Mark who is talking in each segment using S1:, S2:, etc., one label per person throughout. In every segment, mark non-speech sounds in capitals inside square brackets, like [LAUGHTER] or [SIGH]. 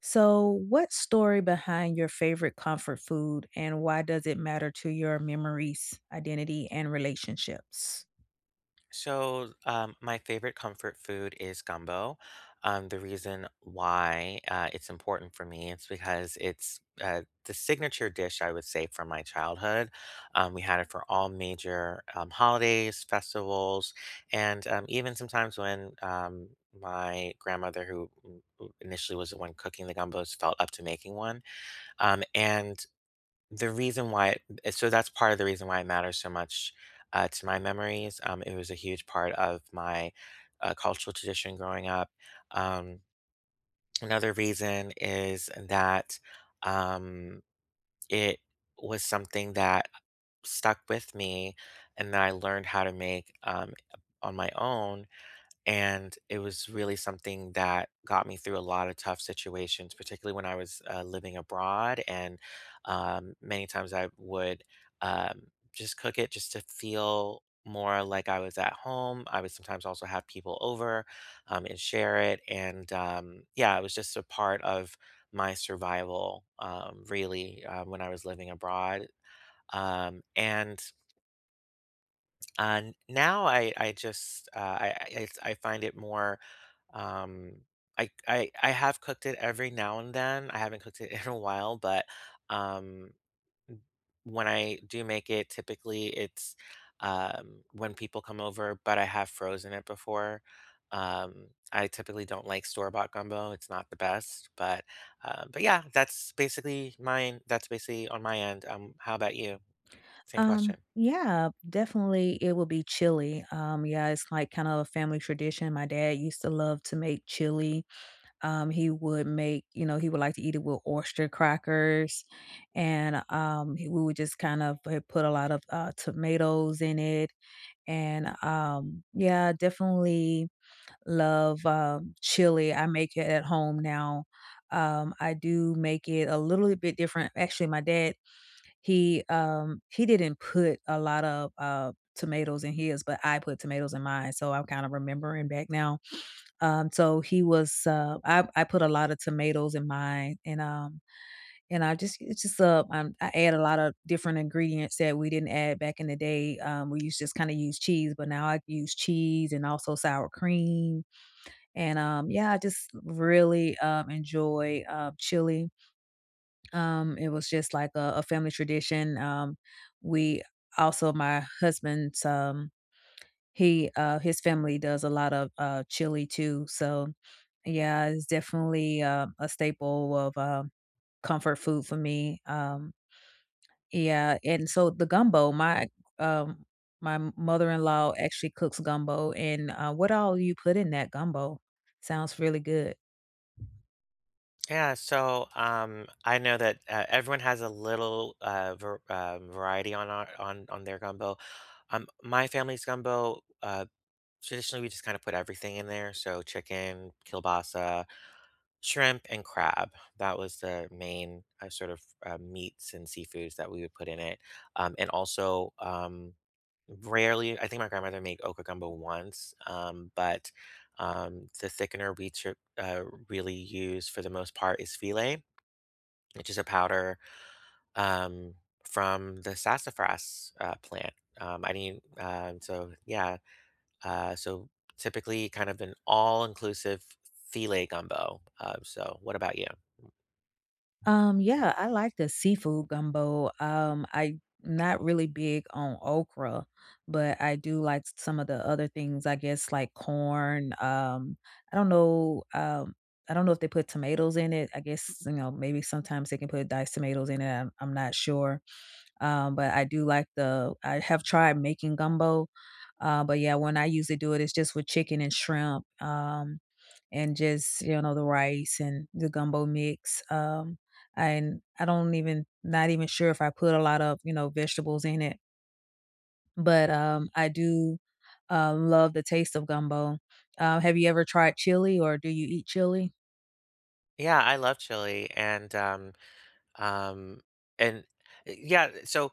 S1: So, what story behind your favorite comfort food and why does it matter to your memories, identity, and relationships?
S2: So, my favorite comfort food is gumbo. The reason why it's important for me is because it's the signature dish, I would say, from my childhood. We had it for all major holidays, festivals, and even sometimes when my grandmother, who initially was the one cooking the gumbos, felt up to making one. And the reason why it so that's part of the reason why it matters so much, to my memories. It was a huge part of my, cultural tradition growing up. Um, Another reason is that, um, it was something that stuck with me and that I learned how to make, on my own, and it was really something that got me through a lot of tough situations, particularly when I was living abroad. And many times I would just cook it just to feel more like I was at home. I would sometimes also have people over, and share it. And yeah, it was just a part of my survival, really, when I was living abroad. Um, and Now I find it more um, I have cooked it every now and then. I haven't cooked it [LAUGHS] in a while, but um, n- when I do make it, typically it's when people come over. But I have frozen it before. I typically don't like store-bought gumbo. It's not the best, but yeah, that's basically mine. That's basically on my end. How about you? Same question.
S1: Yeah, definitely it would be chili. Yeah, it's like kind of a family tradition. My dad used to love to make chili. He would make, you know, he would like to eat it with oyster crackers and we would just kind of put a lot of tomatoes in it and yeah, definitely love, chili. I make it at home now. I do make it a little bit different. Actually, my dad, he didn't put a lot of tomatoes in his, but I put tomatoes in mine. So I'm kind of remembering back now. So he was I put a lot of tomatoes in mine and I just it's just I add a lot of different ingredients that we didn't add back in the day. We used just kind of use cheese, but now I use cheese and also sour cream and, yeah, I just really, enjoy, chili. It was just like a family tradition. We also my husband's, he, his family does a lot of, chili too. So, yeah, it's definitely, a staple of, comfort food for me. Yeah, and so the gumbo, my, um my mother-in-law actually cooks gumbo, and, what all you put in that gumbo? Sounds really good.
S2: Yeah, so I know that everyone has a little ver variety on our, on their gumbo. My family's gumbo, traditionally we just kind of put everything in there, so chicken, kielbasa, shrimp, and crab. That was the main sort of meats and seafoods that we would put in it, and also rarely. I think my grandmother made okra gumbo once, but the thickener we tr really use for the most part is filet, which is a powder um, from the sassafras plant. I need So yeah, so typically kind of an all-inclusive filet gumbo. So what about you?
S1: Yeah, I like the seafood gumbo. I'm not really big on okra, but I do like some of the other things, I guess, like corn. I don't know, um, I don't know if they put tomatoes in it. I guess, you know, maybe sometimes they can put diced tomatoes in it. I'm not sure. But I do like the I have tried making gumbo. But yeah, when I usually do it, it's just with chicken and shrimp, and just, you know, the rice and the gumbo mix. And I don't even, not even sure if I put a lot of, you know, vegetables in it, but I do love the taste of gumbo. Have you ever tried chili or do you eat chili?
S2: Yeah, I love chili, and um, and yeah. So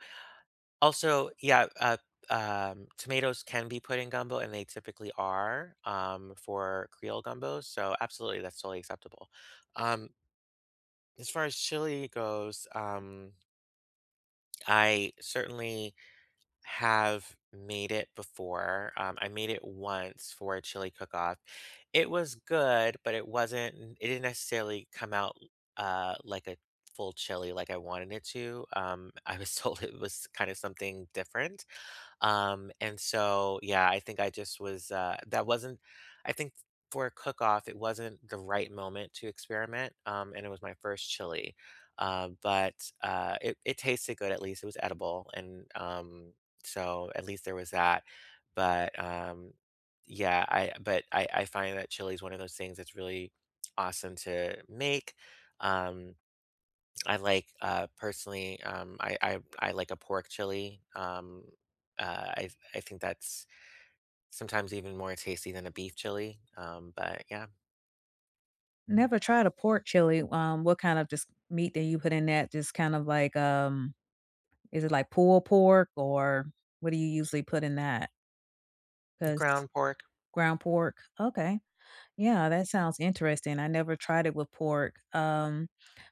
S2: also yeah, uh, um, tomatoes can be put in gumbo, and they typically are, for Creole gumbos. So absolutely, that's totally acceptable. Um, as far as chili goes, I certainly have made it before. I made it once for a chili cook-off. It was good, but it didn't necessarily come out like a full chili like I wanted it to. I was [LAUGHS] told it was kind of something different. And so, yeah, I think I just was, that wasn't, I think for a cook off, it wasn't the right moment to experiment. And it was my first chili. But it tasted good, at least it was edible. And so at least there was that. But yeah, I, but I find that chili is one of those things that's really awesome to make. Um, I like, personally, I like a pork chili. Uh, I think that's sometimes even more tasty than a beef chili. But yeah,
S1: Never tried a pork chili. What kind of just meat that you put in that? Just kind of like is it like pulled pork or what do you usually put in that? Because
S2: ground pork.
S1: ground pork? Okay. Yeah, that sounds interesting. I never tried it with pork.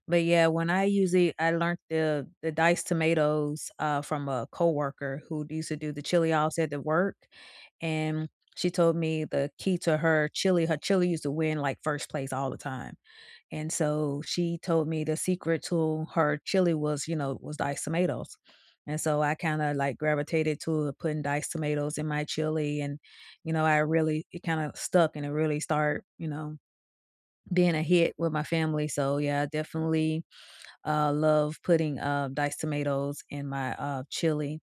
S1: But yeah, when I usually I learned the diced tomatoes, from a coworker who used to do the chili ops at the work, and she told me the key to her chili used to win, like, 1st place all the time. And so she told me the secret to her chili was, you know, was diced tomatoes. And so I kind of like gravitated to putting diced tomatoes in my chili. And, you know, I really, it kind of stuck and it really started, you know, being a hit with my family. So yeah, I definitely love putting diced tomatoes in my chili.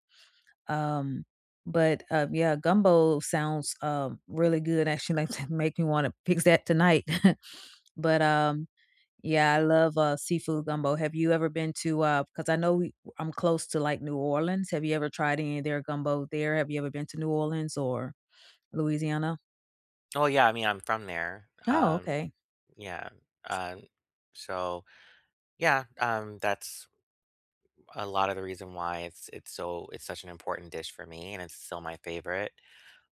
S1: Um, but yeah, gumbo sounds really good. Actually, like [LAUGHS] make me want to fix that tonight. [LAUGHS] but yeah, I love, seafood gumbo. Have you ever been to, Because I know we I'm close to, like, New Orleans. Have you ever tried any of their gumbo there? Have you ever been to New Orleans or Louisiana?
S2: Oh yeah, I mean I'm from there.
S1: Oh, okay.
S2: Yeah. Um, so yeah, that's a lot of the reason why it's such an important dish for me, and it's still my favorite.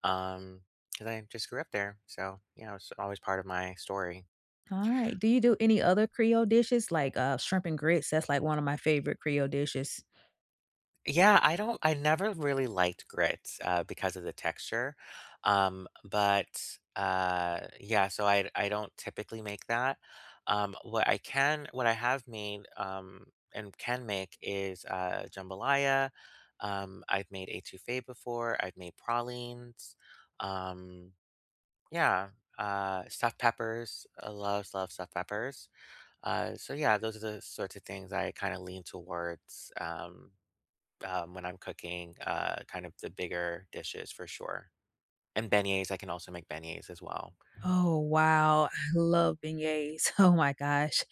S2: Um, because I just grew up there, so yeah, it's always part of my story.
S1: Alright. Do you do any other Creole dishes, like, shrimp and grits? That's, like, one of my favorite Creole dishes.
S2: Yeah, I never really liked grits, because of the texture, but, yeah, so I don't typically make that. What I have made, and can make is, jambalaya, I've made etouffee before, I've made pralines, um, yeah, stuffed peppers, I love, love stuffed peppers. So yeah, those are the sorts of things I kinda lean towards, when I'm cooking, kind of the bigger dishes for sure. And beignets, I can also make beignets as well.
S1: Oh, wow. I love beignets. [LAUGHS] Oh my gosh.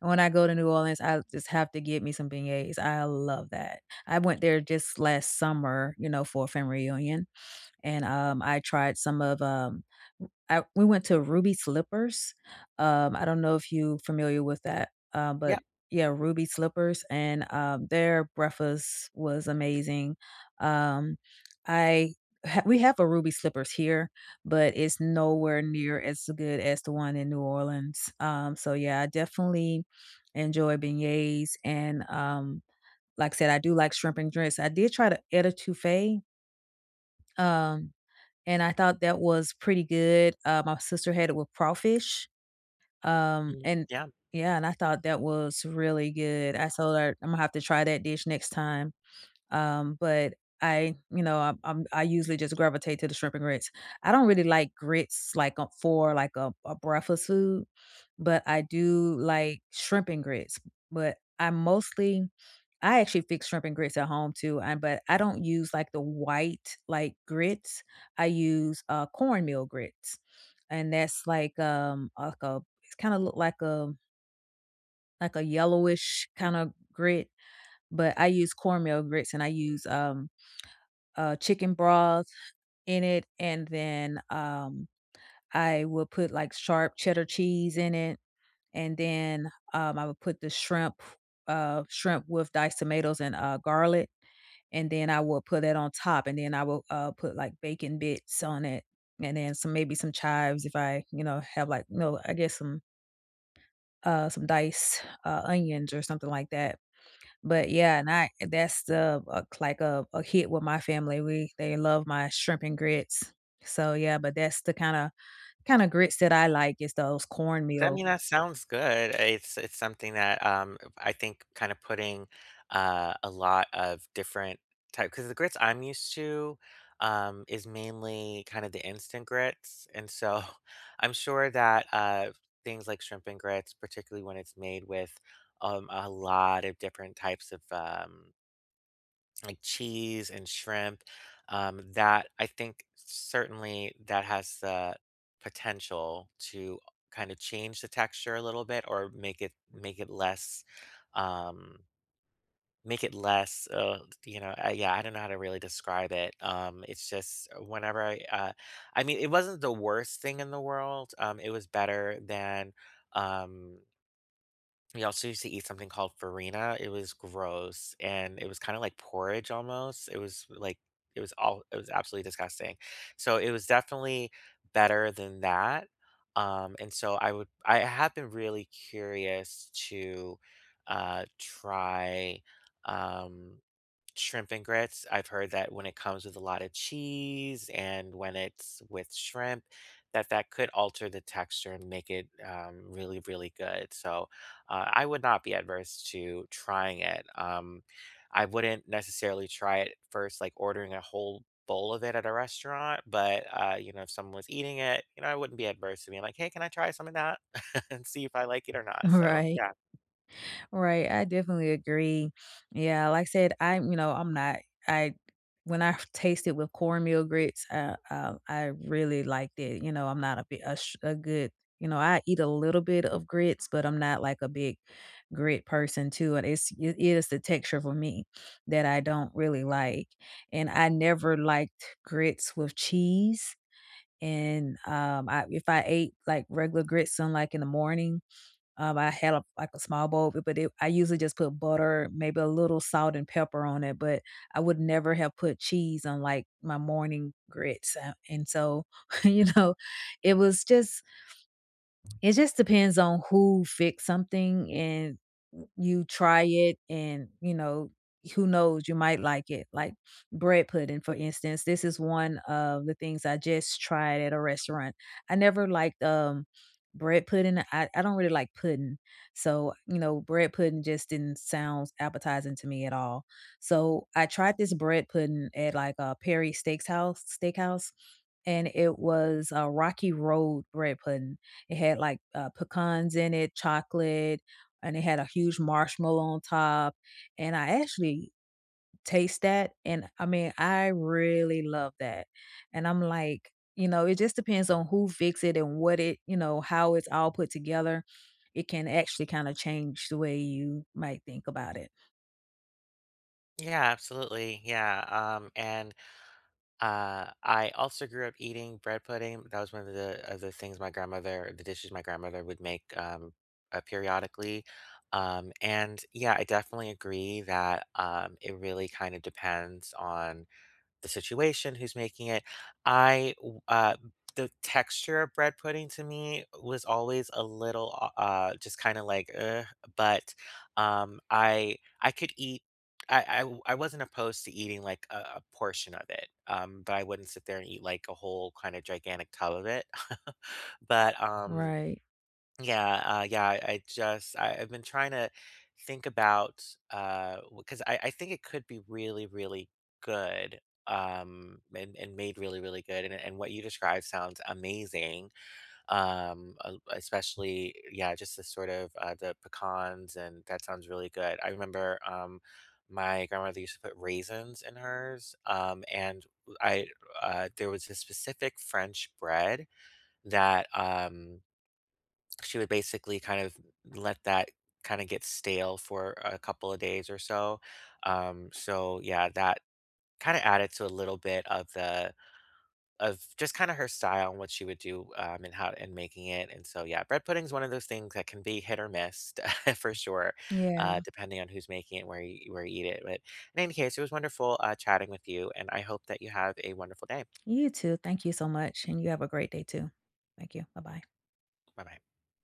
S1: When I go to New Orleans, I just have to get me some beignets. I love that. I went there just last summer, you know, for a family reunion. And, I tried some of, I we went to Ruby Slippers. I don't know if you familiar with that,
S2: Yeah.
S1: but yeah, Ruby Slippers, and, their breakfast was amazing. Um, I ha we have a Ruby Slippers here, but it's nowhere near as good as the one in New Orleans. So yeah, I definitely enjoy beignets and, like I said, I do like shrimp and grits. I did try to the Etatouffee, um and I thought that was pretty good. My sister had it with crawfish,
S2: Mm,
S1: and
S2: yeah.
S1: yeah, and I thought that was really good. I told her I'm gonna have to try that dish next time. But I, you know, I'm I usually just gravitate to the shrimp and grits. I don't really like grits like for like a breakfast food, but I do like shrimp and grits. But I mostly I actually fix shrimp and grits at home too, and but I don't use like the white like grits. I use cornmeal grits, and that's like a it's kind of look like a yellowish kind of grit, but I use cornmeal grits and I use chicken broth in it, and then, I will put, like, sharp cheddar cheese in it, and then, I would put the shrimp shrimp with diced tomatoes and, garlic, and then I will put that on top, and then I will, put, like, bacon bits on it, and then some maybe some chives if I, you know, have, like, no, I guess some diced, onions or something like that. But yeah, and I that's the like a hit with my family. We they love my shrimp and grits. So yeah, but that's the kinda grits that I like is those
S2: I
S1: cornmeal.
S2: mean, that sounds good. It's something that I think kind of putting a lot of different type, because the grits I'm used to is mainly kind of the instant grits, and so [LAUGHS] I'm sure that things like shrimp and grits, particularly when it's made with a lot of different types of like cheese and shrimp, that I think certainly that has the potential to kind of change the texture a little bit or make it less um make it less uh, yeah, I don't know how to really describe it. It's just whenever I I mean, it wasn't the worst thing in the world. It was better than um we also used to eat something called farina. It was gross and it was kind of like porridge almost. It was absolutely disgusting. So it was definitely better than that. And so I would I have been really curious to try um shrimp and grits. I've heard that when it comes with a lot of cheese and when it's with shrimp, that could alter the texture and make it really, really good. So I would not be adverse to trying it. I wouldn't necessarily try it first, like ordering a whole bowl of it at a restaurant, but you know, if someone was eating it, you know, I wouldn't be adverse to being like, hey, can I try some of that [LAUGHS] and see if I like it or not?
S1: [LAUGHS]
S2: So
S1: Right.
S2: yeah.
S1: Right, I definitely agree. Yeah, like I said, I'm, you know, I'm not I when I [LAUGHS] tasted with cornmeal grits, I really liked it. You know, I'm not a big a, sh- a good, you know, I eat a little bit of grits, but I'm not like a big grit person too. And it is the texture for me that I don't really like, and I never liked grits with cheese. And I if I ate like regular grits, on like in the morning, I had a like a small bowl, b but it I usually just put butter, maybe a little salt and pepper on it, but I would never have put cheese on, like, my morning grits, and so, [LAUGHS] you know, it was just it just depends on who fixed something and you try it and, you know, who knows, you might like it. Like bread pudding, for instance. This is one of the things I just tried at a restaurant. I never liked bread pudding. I don't really like pudding. So, you know, bread pudding just didn't sound appetizing to me at all. So I tried this bread pudding at like a Perry steakhouse and it was a Rocky Road bread pudding. It had like pecans in it, chocolate, and it had a huge marshmallow on top. And I actually taste that. And I mean, I really love that. And I'm like, you know, it just depends on who fix it and what it, you know, how it's all put together. It can actually kind of change the way you might think about it.
S2: Yeah, absolutely. Yeah. And I also grew up eating bread pudding. That was one of the things my grandmother, the dishes my grandmother would make, periodically. And yeah, I definitely agree that it really kind of depends on the situation, who's making it. I w- uh the texture of bread pudding to me was always a little just kind of like but I could eat, I wasn't opposed to eating like a portion of it, but I wouldn't sit there and eat like a whole kind of gigantic tub of it. [LAUGHS] but um,
S1: Right.
S2: yeah, I've been trying to think about because I think it could be really, really good, and made really, really good, and what you described sounds amazing. Especially yeah, just the sort of the pecans, and that sounds really good. I remember my grandmother used to put raisins in hers. And I There was a specific french bread that she would basically kind of let that kind of get stale for a couple of days or so. So yeah, that kind of added to a little bit of the of just kind of her style and what she would do, and how and making it. And so yeah, bread pudding's one of those things that can be hit or miss [LAUGHS] for sure,
S1: Yeah.
S2: depending on who's making it, where you eat it. But in any case, it was wonderful chatting with you, and I hope that you have a wonderful day.
S1: You too. Thank you so much. And you have a great day too. Thank you. Bye bye.
S2: Bye bye.